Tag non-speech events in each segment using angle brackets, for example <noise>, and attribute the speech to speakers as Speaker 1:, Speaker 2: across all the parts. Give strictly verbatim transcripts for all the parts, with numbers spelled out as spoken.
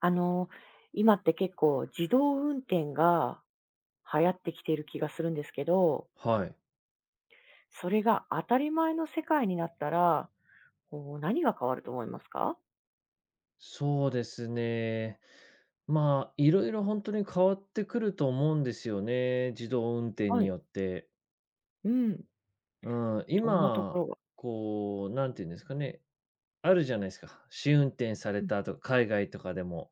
Speaker 1: あの、今って結構自動運転が流行ってきている気がするんですけど、
Speaker 2: はい。
Speaker 1: それが当たり前の世界になったら、こう何が変わると思いますか？
Speaker 2: そうですね。まあ、いろいろ本当に変わってくると思うんですよね、自動運転
Speaker 1: は
Speaker 2: に
Speaker 1: い。
Speaker 2: よって。
Speaker 1: うん。
Speaker 2: うん、
Speaker 1: どんなとこ
Speaker 2: 今、
Speaker 1: ろが、
Speaker 2: こう、なんていうんですかね、あるじゃないですか。試運転され
Speaker 1: うん、
Speaker 2: たとか海外とかでも。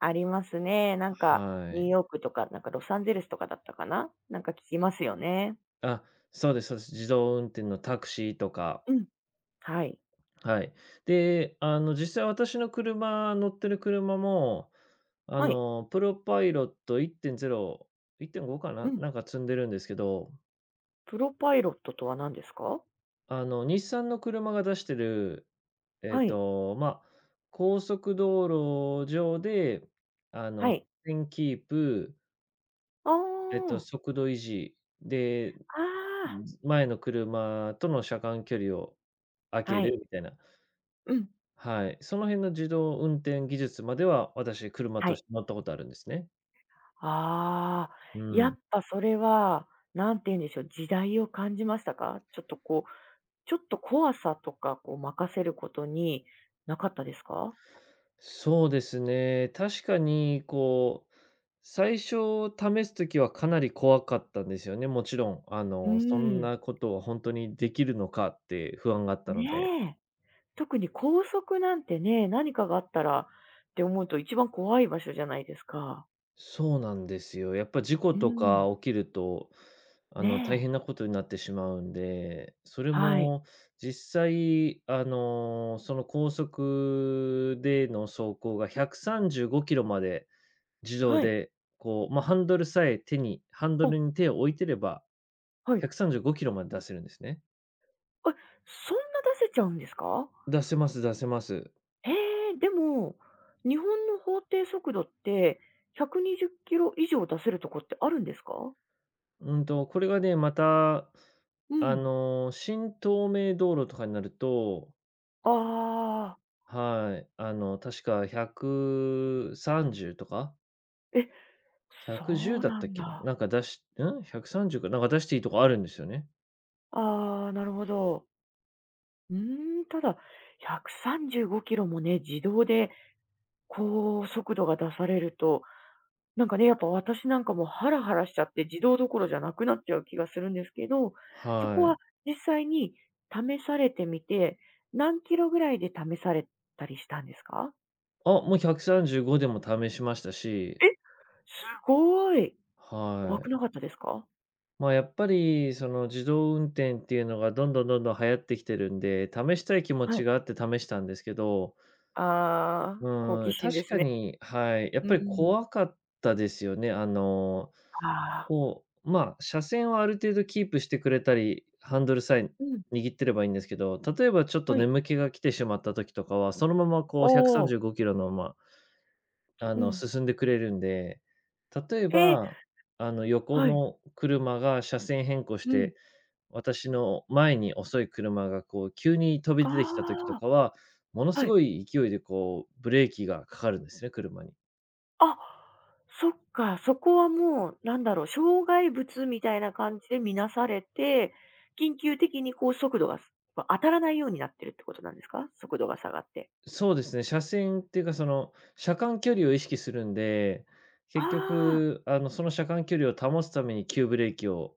Speaker 1: ありますね。なんか
Speaker 2: は
Speaker 1: ニュー
Speaker 2: い。
Speaker 1: ヨークとか、なんかロサンゼルスとかだったかな？なんか聞きますよね。
Speaker 2: あ、そうですそうです。自動運転のタクシーとか。
Speaker 1: うん。はい。
Speaker 2: はい。で、あの、実際私の車乗ってる車も、あ
Speaker 1: はい。
Speaker 2: の、プロパイロットいってんゼロ、いってんごか
Speaker 1: う
Speaker 2: な、
Speaker 1: ん。
Speaker 2: なんか積んでるんですけど、
Speaker 1: プロパイロットとは何ですか？
Speaker 2: あの、日産の車が出してる、えっ
Speaker 1: はい。
Speaker 2: と、まあ、高速道路上で、あ
Speaker 1: は
Speaker 2: の、
Speaker 1: い。
Speaker 2: 線キープ、
Speaker 1: あ
Speaker 2: えっと、
Speaker 1: あ。
Speaker 2: 速度維持、で、
Speaker 1: ああ。
Speaker 2: 前の車との車間距離を空け
Speaker 1: はい。
Speaker 2: るみたいな、
Speaker 1: うん。
Speaker 2: はい。その辺の自動運転技術までは、私、車
Speaker 1: は
Speaker 2: とし
Speaker 1: い。
Speaker 2: て乗ったことあるんですね。
Speaker 1: ああ、
Speaker 2: う
Speaker 1: や
Speaker 2: ん。
Speaker 1: っぱそれは、何て言うんでしょう、時代を感じましたか？ちょっとこう、ちょっと怖さとか、こう任せることに、なかったですか？
Speaker 2: そうですね。確かにこう最初試すときはかなり怖かったんですよね。もちろん、あ
Speaker 1: う
Speaker 2: の、そ
Speaker 1: ー
Speaker 2: ん
Speaker 1: ん。
Speaker 2: なことは本当にできるのかって不安があったので。
Speaker 1: ねえ。特に高速なんてね、何かがあったらって思うと一番怖い場所じゃないですか。
Speaker 2: そうなんですよ。やっぱ事故
Speaker 1: う
Speaker 2: と
Speaker 1: ー
Speaker 2: か
Speaker 1: ん。
Speaker 2: 起きると、あの、大
Speaker 1: ね
Speaker 2: 変な
Speaker 1: え。
Speaker 2: ことになってしまうんで、それ
Speaker 1: はい。
Speaker 2: も実際、あの、その高速での走行がひゃくさんじゅうごキロまで自動
Speaker 1: はい。
Speaker 2: で、こう、まあ、ハンドルさえ手にハンド
Speaker 1: あ、
Speaker 2: ルに手を置いてれば、
Speaker 1: はい。
Speaker 2: ひゃくさんじゅうごキロまで出せるんですね。
Speaker 1: え、そんな出せちゃうんですか？
Speaker 2: 出せます出せます。
Speaker 1: へえ、でも、日本の法定速度ってひゃくにじゅっキロ以上出せるとこってあるんですか？
Speaker 2: うんと、これがね、また、
Speaker 1: う
Speaker 2: あ
Speaker 1: ん。
Speaker 2: の、新東名道路とかになると、
Speaker 1: ああ、
Speaker 2: はい、あの、確かひゃくさんじゅうとか、
Speaker 1: え、そ
Speaker 2: ひゃくじゅう
Speaker 1: う
Speaker 2: だっ
Speaker 1: な
Speaker 2: たっ
Speaker 1: ん
Speaker 2: けな、
Speaker 1: だ。
Speaker 2: なんか出しん、ひゃくさんじゅうか、なんか出していいとこあるんですよね。
Speaker 1: ああ、なるほど。うーん、ただひゃくさんじゅうごキロもね、自動で高速度が出されるとなんかね、やっぱ私なんかもハラハラしちゃって、自動どころじゃなくなっちゃう気がするんですけど、そこ
Speaker 2: は
Speaker 1: は
Speaker 2: い。
Speaker 1: 実際に試されてみて、何キロぐらいで試されたりしたんですか？
Speaker 2: あ、もうひゃくさんじゅうごでも試しましたし、
Speaker 1: え、すごい。
Speaker 2: は
Speaker 1: 怖く
Speaker 2: い。
Speaker 1: なかったですか？
Speaker 2: まあ、やっぱり、その、自動運転っていうのがどんどんどんどん流行ってきてるんで、試したい気持
Speaker 1: はい。
Speaker 2: ちがあって試したんですけど、
Speaker 1: あ
Speaker 2: う
Speaker 1: あ、好奇
Speaker 2: ーん、
Speaker 1: 心で
Speaker 2: 確
Speaker 1: す
Speaker 2: か
Speaker 1: ね。
Speaker 2: に、はい。やっ
Speaker 1: う
Speaker 2: ぱり
Speaker 1: ん。
Speaker 2: 怖かったですよね。あの、
Speaker 1: ああ、
Speaker 2: こう、まあ、車線はある程度キープしてくれたり、ハンドルさえ
Speaker 1: うん、
Speaker 2: 握ってればいいんですけど、例えばちょっと
Speaker 1: はい。
Speaker 2: 眠気が来てしまった時とかは、そのままこ
Speaker 1: あ
Speaker 2: う135
Speaker 1: お。
Speaker 2: キロの、まあ、あ
Speaker 1: う
Speaker 2: の、
Speaker 1: ん。
Speaker 2: 進んでくれるんで。例え
Speaker 1: ええ、
Speaker 2: ば、あの、横
Speaker 1: はい。
Speaker 2: の車が車線変更し
Speaker 1: うん。
Speaker 2: て私の前に遅い車がこう急に飛
Speaker 1: あ
Speaker 2: び出てきた時とかは、もの
Speaker 1: あ、は
Speaker 2: す
Speaker 1: い。
Speaker 2: ごい勢いでこうブレーキがかかるんですね、車に。
Speaker 1: あ、そっか、そこはもう、なんだろう、障害物みたいな感じで見なされて、緊急的にこう速度が、すこう当たらないようになってるってことなんですか？速度が下がって。
Speaker 2: そうですね、車線っていうかその車間距離を意識するんで、
Speaker 1: あ
Speaker 2: 結
Speaker 1: あ、
Speaker 2: 局あのその車間距離を保つために急ブレーキを、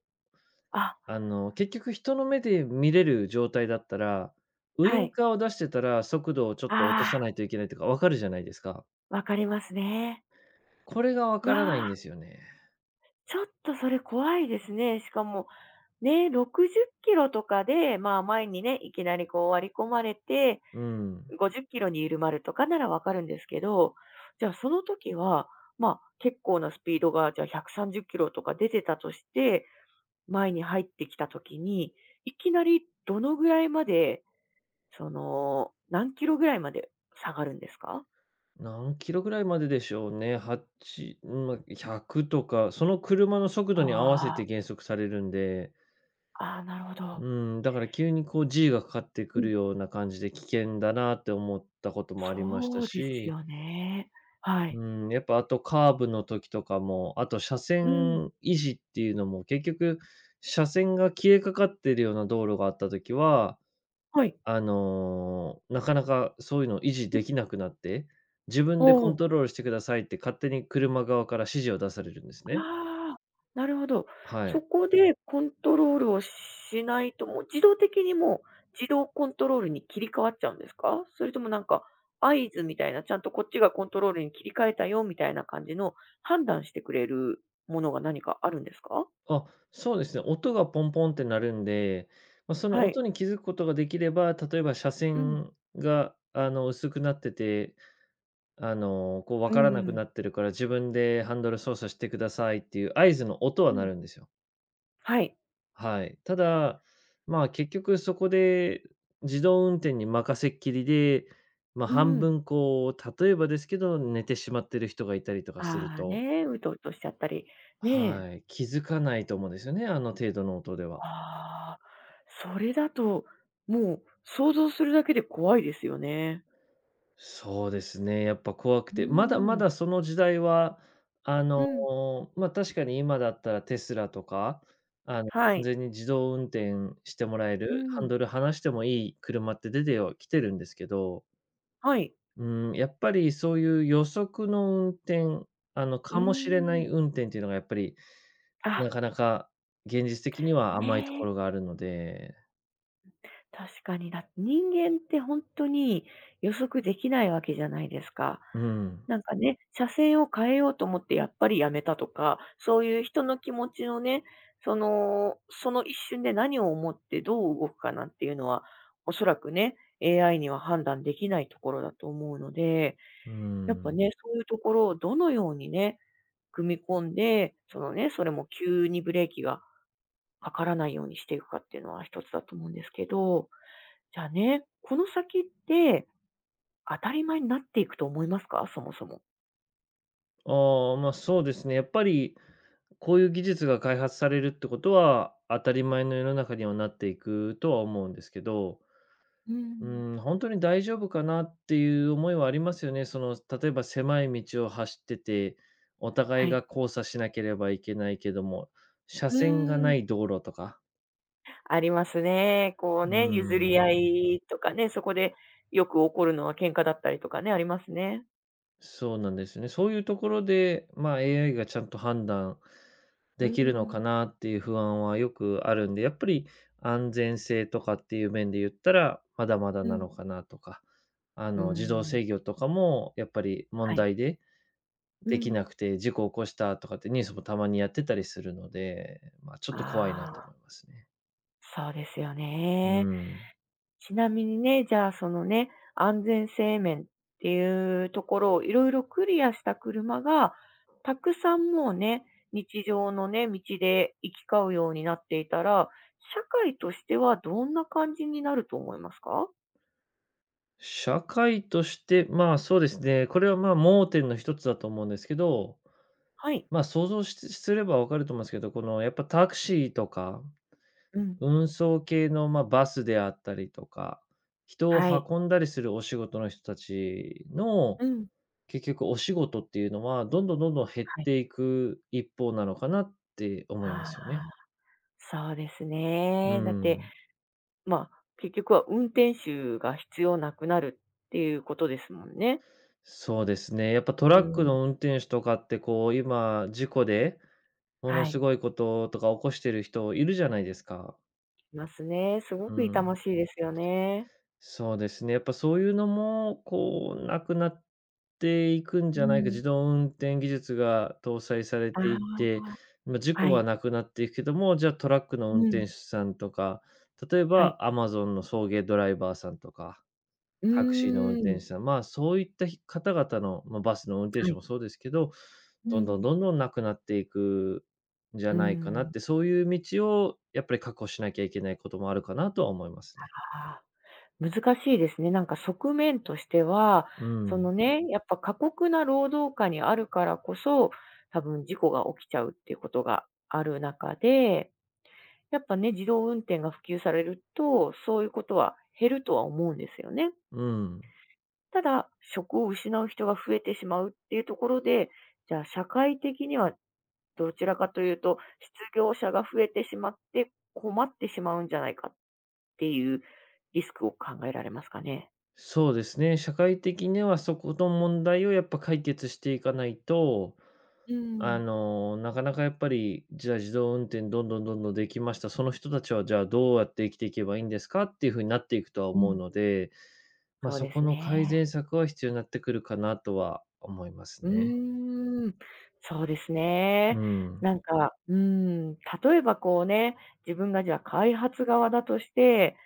Speaker 1: あ、
Speaker 2: あの、結局人の目で見れる状態だったら、ウイ
Speaker 1: は
Speaker 2: ン
Speaker 1: い。
Speaker 2: カーを出してたら速度をちょっと落と
Speaker 1: あ
Speaker 2: さないといけないとかわかるじゃないですか。
Speaker 1: あ、わかりますね。
Speaker 2: これがわ
Speaker 1: う
Speaker 2: からない
Speaker 1: わ
Speaker 2: ん
Speaker 1: あ、
Speaker 2: ですよね。
Speaker 1: ちょっとそれ怖いですね。しかも、ね、ろくじゅっキロとかで、まあ、前にね、いきなりこう割り込まれて
Speaker 2: うん。
Speaker 1: ごじゅっキロにいる丸とかならわかるんですけど、じゃあその時は、まあ、結構なスピードが、じゃあひゃくさんじゅっキロとか出てたとして、前に入ってきた時に、いきなりどのぐらいまで、その、何キロぐらいまで下がるんですか？
Speaker 2: 何キロぐらいまででしょうね。はち、うん、ま、ひゃくとか、その車の速度に合わせ
Speaker 1: あ
Speaker 2: て減速されるんで、
Speaker 1: あ、ああ、なるほ
Speaker 2: う
Speaker 1: ど。
Speaker 2: ん、だから急にこう G がかかって
Speaker 1: う
Speaker 2: く
Speaker 1: ん。
Speaker 2: るような感じで危険だなって思ったこともありまし
Speaker 1: そ
Speaker 2: た
Speaker 1: うです
Speaker 2: し、
Speaker 1: よね。はい。
Speaker 2: うん、やっぱあとカーブの時とかも、あと車
Speaker 1: うん。
Speaker 2: 線維持っていうのも結局、車線が消えかかってるような道路があった時は、
Speaker 1: はい。
Speaker 2: あの、なかなかそういうのを維持できなくなって、自分でコン
Speaker 1: あ、
Speaker 2: トロールしてくださいって勝手に車側から指示を出されるんですね。
Speaker 1: ああ、なるほど。
Speaker 2: は
Speaker 1: そ
Speaker 2: い。
Speaker 1: こでコントロールをしないと、もう自動的にもう、自動コントロールに切り替わっちゃうんですか？それともなんか、合図みたいな、ちゃんとこっちがコントロールに切り替えたよみたいな感じの判断してくれるものが何かあるんですか？
Speaker 2: あ、そうですね、音がポンポンって鳴るんで、まあ、その
Speaker 1: はい。
Speaker 2: 音に気づくことができれば、例えば車
Speaker 1: うん。
Speaker 2: 線が、あの、薄くなってて、あの、こう分
Speaker 1: う
Speaker 2: からな
Speaker 1: んう
Speaker 2: く
Speaker 1: ん。
Speaker 2: なってるから自分でハンドル操作してくださいっていう合図の音は
Speaker 1: う
Speaker 2: 鳴
Speaker 1: ん。
Speaker 2: るんですよ。
Speaker 1: はい。
Speaker 2: はい。ただ、まあ、結局そこで自動運転に任せっきりで、まあ、
Speaker 1: う
Speaker 2: 半
Speaker 1: ん。
Speaker 2: 分こう、例えばですけど、寝てしまってる人がいたりとかする
Speaker 1: ああ、
Speaker 2: と、
Speaker 1: ね、うとうとしちゃったり、ねえ。
Speaker 2: はい、気づかないと思うんですよね、あの程度の音では。
Speaker 1: ああ、それだと、もう想像するだけで怖いですよね。
Speaker 2: そうですね、やっぱ怖く
Speaker 1: う
Speaker 2: て、まだま
Speaker 1: ん。
Speaker 2: だその時代は、あ
Speaker 1: う
Speaker 2: の、
Speaker 1: ん、
Speaker 2: まあ、確かに今だったらテスラとか、あの、
Speaker 1: は
Speaker 2: 完
Speaker 1: い。
Speaker 2: 全に自動運転してもらえ
Speaker 1: う
Speaker 2: る、ハン
Speaker 1: ん、
Speaker 2: ドル離してもいい車って出てはきてるんですけど、
Speaker 1: はい。
Speaker 2: うん、やっぱりそういう予測の運転、あの、
Speaker 1: うー
Speaker 2: かもしれな
Speaker 1: ん。
Speaker 2: い運転っていうのがやっぱり、な
Speaker 1: あ、
Speaker 2: かなか現実的には
Speaker 1: ね
Speaker 2: 甘いと
Speaker 1: え、
Speaker 2: ころがあるので。
Speaker 1: 確かに、だって人間ってほんとに予測できないわけじゃないですか。
Speaker 2: うん、
Speaker 1: なんかね、車線を変えようと思ってやっぱりやめたとか、そういう人の気持ちのね、その、その一瞬で何を思ってどう動くかなんていうのは、おそらくね、エーアイ には判断できないところだと思うので、
Speaker 2: う
Speaker 1: やっぱ
Speaker 2: ん。
Speaker 1: ね、そういうところをどのようにね、組み込んで、そのね、それも急にブレーキがかからないようにしていくかっていうのは一つだと思うんですけど、じゃあね、この先って当たり前になっていくと思いますか？そもそも。
Speaker 2: ああ、ま、そうですね、やっぱりこういう技術が開発されるってことは、当たり前の世の中にはなっていくとは思うんですけど、
Speaker 1: う
Speaker 2: う
Speaker 1: ん。
Speaker 2: ん、本当に大丈夫かなっていう思いはありますよね。その、例えば狭い道を走ってて、お互
Speaker 1: は
Speaker 2: い
Speaker 1: い。
Speaker 2: が交差しなければいけないけども、車
Speaker 1: う
Speaker 2: 線が
Speaker 1: ーん、
Speaker 2: ない道路とか、
Speaker 1: ありますね。こう
Speaker 2: う
Speaker 1: ね、譲り合
Speaker 2: ん、
Speaker 1: いとかね、そこでよく起こるのは喧嘩だったりとかね、ありますね。
Speaker 2: そうなんですね。そういうところで、まあ、エーアイ がちゃんと判断
Speaker 1: う
Speaker 2: できるのか
Speaker 1: ん。
Speaker 2: なっていう不安はよくあるんで、やっぱり安全性とかっていう面で言ったら、まだまだ
Speaker 1: う
Speaker 2: な
Speaker 1: ん。
Speaker 2: のかなとか、あ
Speaker 1: う
Speaker 2: の、自動
Speaker 1: ん、
Speaker 2: 制御とかもやっぱり問
Speaker 1: はい。
Speaker 2: 題で
Speaker 1: う
Speaker 2: でき
Speaker 1: ん。
Speaker 2: なくて事故起こしたとかってニュースもたまにやってたりするので、まあ、ちょっと怖いな
Speaker 1: あ
Speaker 2: と
Speaker 1: あ、
Speaker 2: 思いますね。
Speaker 1: そうですよ
Speaker 2: う
Speaker 1: ね。
Speaker 2: ん。
Speaker 1: ちなみにね、じゃあ、そのね、安全性面っていうところをいろいろクリアした車が、たくさんもうね、日常のね、道で行き交うようになっていたら、社会としてはどんな感じになると思いますか？
Speaker 2: 社会として、まあ、そうですね、これは、まあ、盲点の一つだと思うんですけど、
Speaker 1: はい。
Speaker 2: まあ、想像しすればわかると思うんですけど、この、やっぱタクシーとか、
Speaker 1: うん。
Speaker 2: 運送系の、ま、バスであったりとか、人を
Speaker 1: はい。
Speaker 2: 運んだりするお仕事の人たちの、
Speaker 1: うん。
Speaker 2: 結局お仕事っていうのは、どんどんどんどん減っ
Speaker 1: はい。
Speaker 2: ていく一方なのかなって思いま
Speaker 1: あ
Speaker 2: すよね。
Speaker 1: あ、そうです
Speaker 2: う
Speaker 1: ね。だって、
Speaker 2: ん、
Speaker 1: まあ、結局は運転手が必要なくなるっていうことですもんね。
Speaker 2: そうですね。やっぱト
Speaker 1: う
Speaker 2: ラック
Speaker 1: ん、
Speaker 2: の運転手とかってこう、今、事故でもの
Speaker 1: は
Speaker 2: す
Speaker 1: い。
Speaker 2: ごいこととか起こしてる人いるじゃないですか。
Speaker 1: ますね。すご
Speaker 2: う
Speaker 1: く痛ま
Speaker 2: ん。
Speaker 1: しいですよね。
Speaker 2: そうですね。やっぱそういうのも、こう、なくなっていくん
Speaker 1: う
Speaker 2: じゃないか、
Speaker 1: ん。
Speaker 2: 自動運転技術が搭載され
Speaker 1: あ
Speaker 2: ていっ
Speaker 1: あ、
Speaker 2: て、まあ、事
Speaker 1: は
Speaker 2: 故は
Speaker 1: い。
Speaker 2: なくなっていくけども、じゃあトラックの
Speaker 1: う
Speaker 2: 運転
Speaker 1: ん。
Speaker 2: 手さんとか、例え
Speaker 1: はい。
Speaker 2: ば Amazon の送迎ドライバーさんとか
Speaker 1: うー
Speaker 2: タクシーの運転
Speaker 1: ん、
Speaker 2: 手さん、まあ、そういったひ方々の、まあ、バスの運転
Speaker 1: は
Speaker 2: 手
Speaker 1: い。
Speaker 2: もそうですけど、
Speaker 1: う
Speaker 2: どんどん
Speaker 1: ん。
Speaker 2: どんどんなくなっていくんじゃ
Speaker 1: うー
Speaker 2: ないかな
Speaker 1: ん、
Speaker 2: って、そういう道をやっぱり確保しなきゃいけないこともあるかなとは思いますね。
Speaker 1: ああ、難しいですね。なんか側面としては、
Speaker 2: う
Speaker 1: そ
Speaker 2: ん、
Speaker 1: のね、やっぱ過酷な労働下にあるからこそ、多分事故が起きちゃうっていうことがある中で、やっぱね、自動運転が普及されると、そういうことは減るとは思うんですよね。
Speaker 2: うん。
Speaker 1: ただ、職を失う人が増えてしまうっていうところで、じゃあ社会的にはどちらかというと、失業者が増えてしまって困ってしまうんじゃないかっていうリスクを考えられますかね。
Speaker 2: そうですね、社会的にはそこの問題をやっぱ解決していかないと、
Speaker 1: う
Speaker 2: あ
Speaker 1: ん。
Speaker 2: の、なかなかやっぱり、じゃあ自動運転どんどんどんどんできました。その人たちはじゃあどうやって生きていけばいいんですかっていう風になっていくとは
Speaker 1: う
Speaker 2: 思う
Speaker 1: ん。
Speaker 2: ので、ま、
Speaker 1: そう
Speaker 2: そ
Speaker 1: で
Speaker 2: こ
Speaker 1: す
Speaker 2: の改
Speaker 1: ね。
Speaker 2: 善策は必要になってくるかなとは思います
Speaker 1: う
Speaker 2: ね。
Speaker 1: ーん、そうですね。
Speaker 2: うん。
Speaker 1: なんか、うーん、例えばこうね、自分がじゃあ開発側だとして、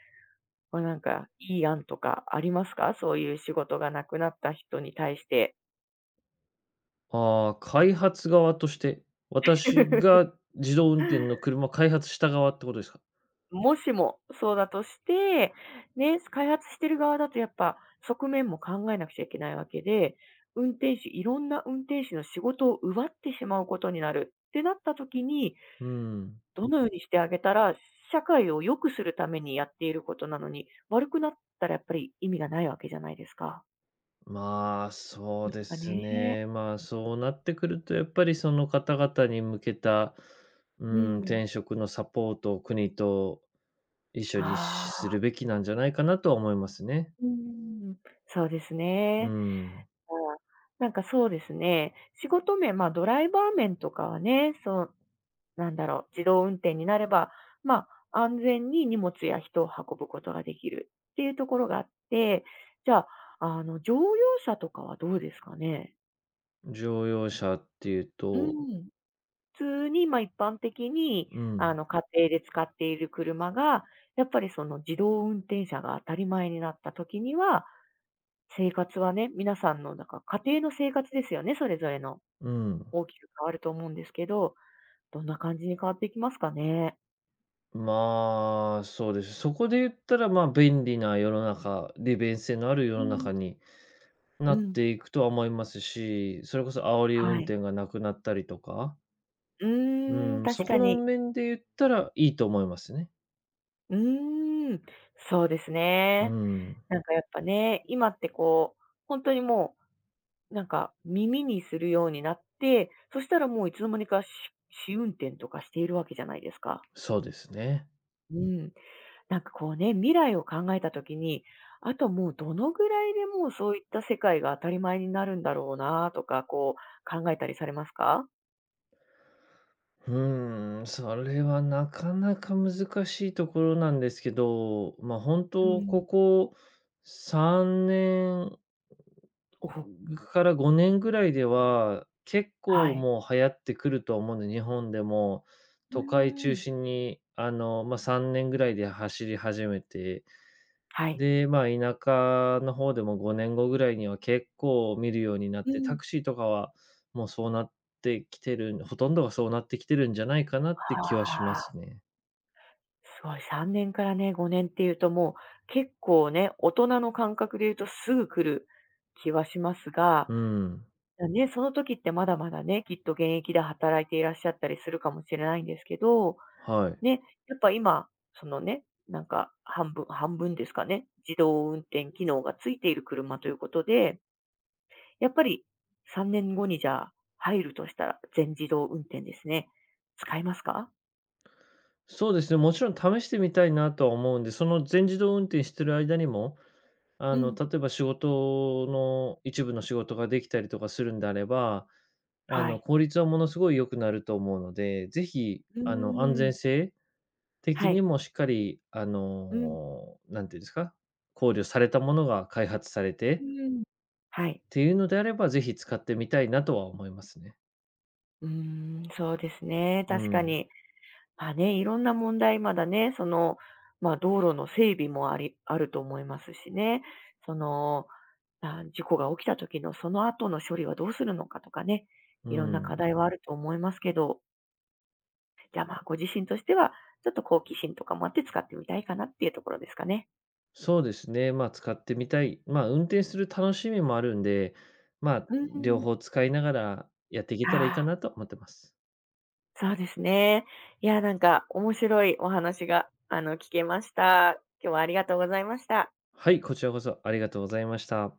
Speaker 1: これなんかいい案とかありますか？そういう仕事がなくなった人に対して。
Speaker 2: ああ、開発側として、私
Speaker 1: <laughs>
Speaker 2: が自動運転の
Speaker 1: <laughs>
Speaker 2: 車を開発した側ってことですか？
Speaker 1: もしもそうだとして、ね、開発してる側だとやっぱ側面も考えなくちゃいけないわけで、運転手、いろんな運転手の仕事を奪ってしまうことになるってなった時に、
Speaker 2: うん。
Speaker 1: どのようにしてあげたら、社会を良くするためにやっていることなのに、悪くなったらやっぱり意味がないわけじゃないですか。
Speaker 2: まあ、そ
Speaker 1: な
Speaker 2: う
Speaker 1: ん
Speaker 2: で
Speaker 1: か
Speaker 2: す
Speaker 1: ね。
Speaker 2: ね。まあ、そうなってくると、やっぱりその方々に向けた、う
Speaker 1: う
Speaker 2: ん、
Speaker 1: ん。
Speaker 2: 転職のサポートを国と一緒に
Speaker 1: あ
Speaker 2: す
Speaker 1: あ、
Speaker 2: るべきなんじゃないかなとは思いますね。
Speaker 1: うん。そうです
Speaker 2: う
Speaker 1: ね。
Speaker 2: ん。
Speaker 1: ああ、なんかそうですね。仕事面、ま、ドライバー面とかはね、そう、なんだろう、自動運転になれば、ま、安全に荷物や人を運ぶことができるっていうところがあって、じゃあ、あの、乗用車とかはどうですかね？
Speaker 2: 乗用車っていう
Speaker 1: う
Speaker 2: と、
Speaker 1: ん。普通に、ま、一般的に、
Speaker 2: う
Speaker 1: あ
Speaker 2: ん、
Speaker 1: の、家庭で使っている車が、やっぱりその自動運転車が当たり前になった時には、生活はね、皆さんのなんか家庭の生活ですよね、それぞれの。
Speaker 2: うん。
Speaker 1: 大きく変わると思うんですけど、どんな感じに変わっていきますかね？
Speaker 2: まあ、そうです。そこで言ったら、まあ、便利な世の中、利便性のある世
Speaker 1: う
Speaker 2: の
Speaker 1: ん、
Speaker 2: 中にな
Speaker 1: う
Speaker 2: っ
Speaker 1: ん。
Speaker 2: ていくとは思いますし、それこそ煽り運
Speaker 1: はい。
Speaker 2: 転がなくなったりとか、
Speaker 1: う
Speaker 2: う
Speaker 1: ーん、
Speaker 2: ん、そ
Speaker 1: 確か
Speaker 2: この
Speaker 1: に。
Speaker 2: 面で言ったらいいと思いますね。
Speaker 1: うーん、そうです
Speaker 2: う
Speaker 1: ね。
Speaker 2: ん、
Speaker 1: なんかやっぱね、今ってこう、本当にもう、なんか耳にするようになって、そしたらもういつの間にかし試運転とかしているわけじゃないですか。
Speaker 2: そうですね。
Speaker 1: うん。なんかこうね、未来を考えた時に、あともうどのぐらいでもうそういった世界が当たり前になるんだろうなとか、こう考えたりされますか？
Speaker 2: うん、それはなかなか難しいところなんですけど、ま、本
Speaker 1: う
Speaker 2: 当
Speaker 1: ん。
Speaker 2: ここさんねん
Speaker 1: おお、
Speaker 2: からごねんぐらいでは、結
Speaker 1: は
Speaker 2: 構
Speaker 1: い。
Speaker 2: もう流行ってくると思うんで、日本でも
Speaker 1: う
Speaker 2: 都会
Speaker 1: ー
Speaker 2: 中
Speaker 1: ん。
Speaker 2: 心に、あの、ま、さんねんぐらいで走り始めて、
Speaker 1: はい。
Speaker 2: で、まあ、田舎の方でもごねんごぐらいには結構見るようになっ
Speaker 1: う
Speaker 2: て、
Speaker 1: ん。
Speaker 2: タクシーとかはもうそうなってきてるんほとんどがそうなってきてるんじゃないかなって気は
Speaker 1: は
Speaker 2: しま
Speaker 1: あ、
Speaker 2: すね。
Speaker 1: すごいさんねんからね、ごねんっていうともう結構ね、大人の感覚で言うとすぐ来る気はしますが、
Speaker 2: うん、
Speaker 1: だね、その時ってまだまだね、きっと現役で働いていらっしゃったりするかもしれないんですけど、
Speaker 2: はい。
Speaker 1: ね、やっぱ今、そのね、なんか半分半分ですかね、自動運転機能がついている車ということでやっぱりさんねんごにじゃあ入るとしたら、全自動運転ですね。使いますか？
Speaker 2: そうですね、もちろん試してみたいなとは思うんで、その全自動運転してる間にも、あ
Speaker 1: う
Speaker 2: の、
Speaker 1: ん。
Speaker 2: 例えば仕事の一部の仕事ができたりとかするんであれば、あ
Speaker 1: は
Speaker 2: の、
Speaker 1: い。
Speaker 2: 効率はものすごい良くなると思うので、ぜひ、
Speaker 1: う
Speaker 2: あの、安
Speaker 1: ー
Speaker 2: 全
Speaker 1: ん。
Speaker 2: 性
Speaker 1: は
Speaker 2: 的に
Speaker 1: い。
Speaker 2: もしっかり、あ
Speaker 1: うん、
Speaker 2: の、なんていうんですか、考慮されたものが開発され
Speaker 1: う
Speaker 2: て
Speaker 1: ーん。は
Speaker 2: っ
Speaker 1: い。
Speaker 2: ていうのであれば、ぜひ使ってみたいなとは思いますね。
Speaker 1: うーん、そうですね、
Speaker 2: う
Speaker 1: 確か
Speaker 2: ん、
Speaker 1: に。まあね、いろんな問題、まだね、その、ま、道路の整備もありあると思いますしね。その、まあ、事故が起きた時のその後の処理はどうするのかとかね、
Speaker 2: う
Speaker 1: いろんな課
Speaker 2: ん。
Speaker 1: 題はあると思いますけど、じゃあ、まあ、ご自身としては、ちょっと好奇心とかもあって使ってみたいかなっていうところですかね。
Speaker 2: そうですね、まあ、使ってみたい。まあ、運転する楽しみもあるんで、まあ、
Speaker 1: う
Speaker 2: 両
Speaker 1: ん。
Speaker 2: 方使いながらやっていけ
Speaker 1: あ
Speaker 2: たらいいか
Speaker 1: あ、
Speaker 2: なと思ってます。
Speaker 1: そうですね。いや、なんか面白いお話が、あの、聞けました。今日はありがとうございました。
Speaker 2: はい、こちらこそありがとうございました。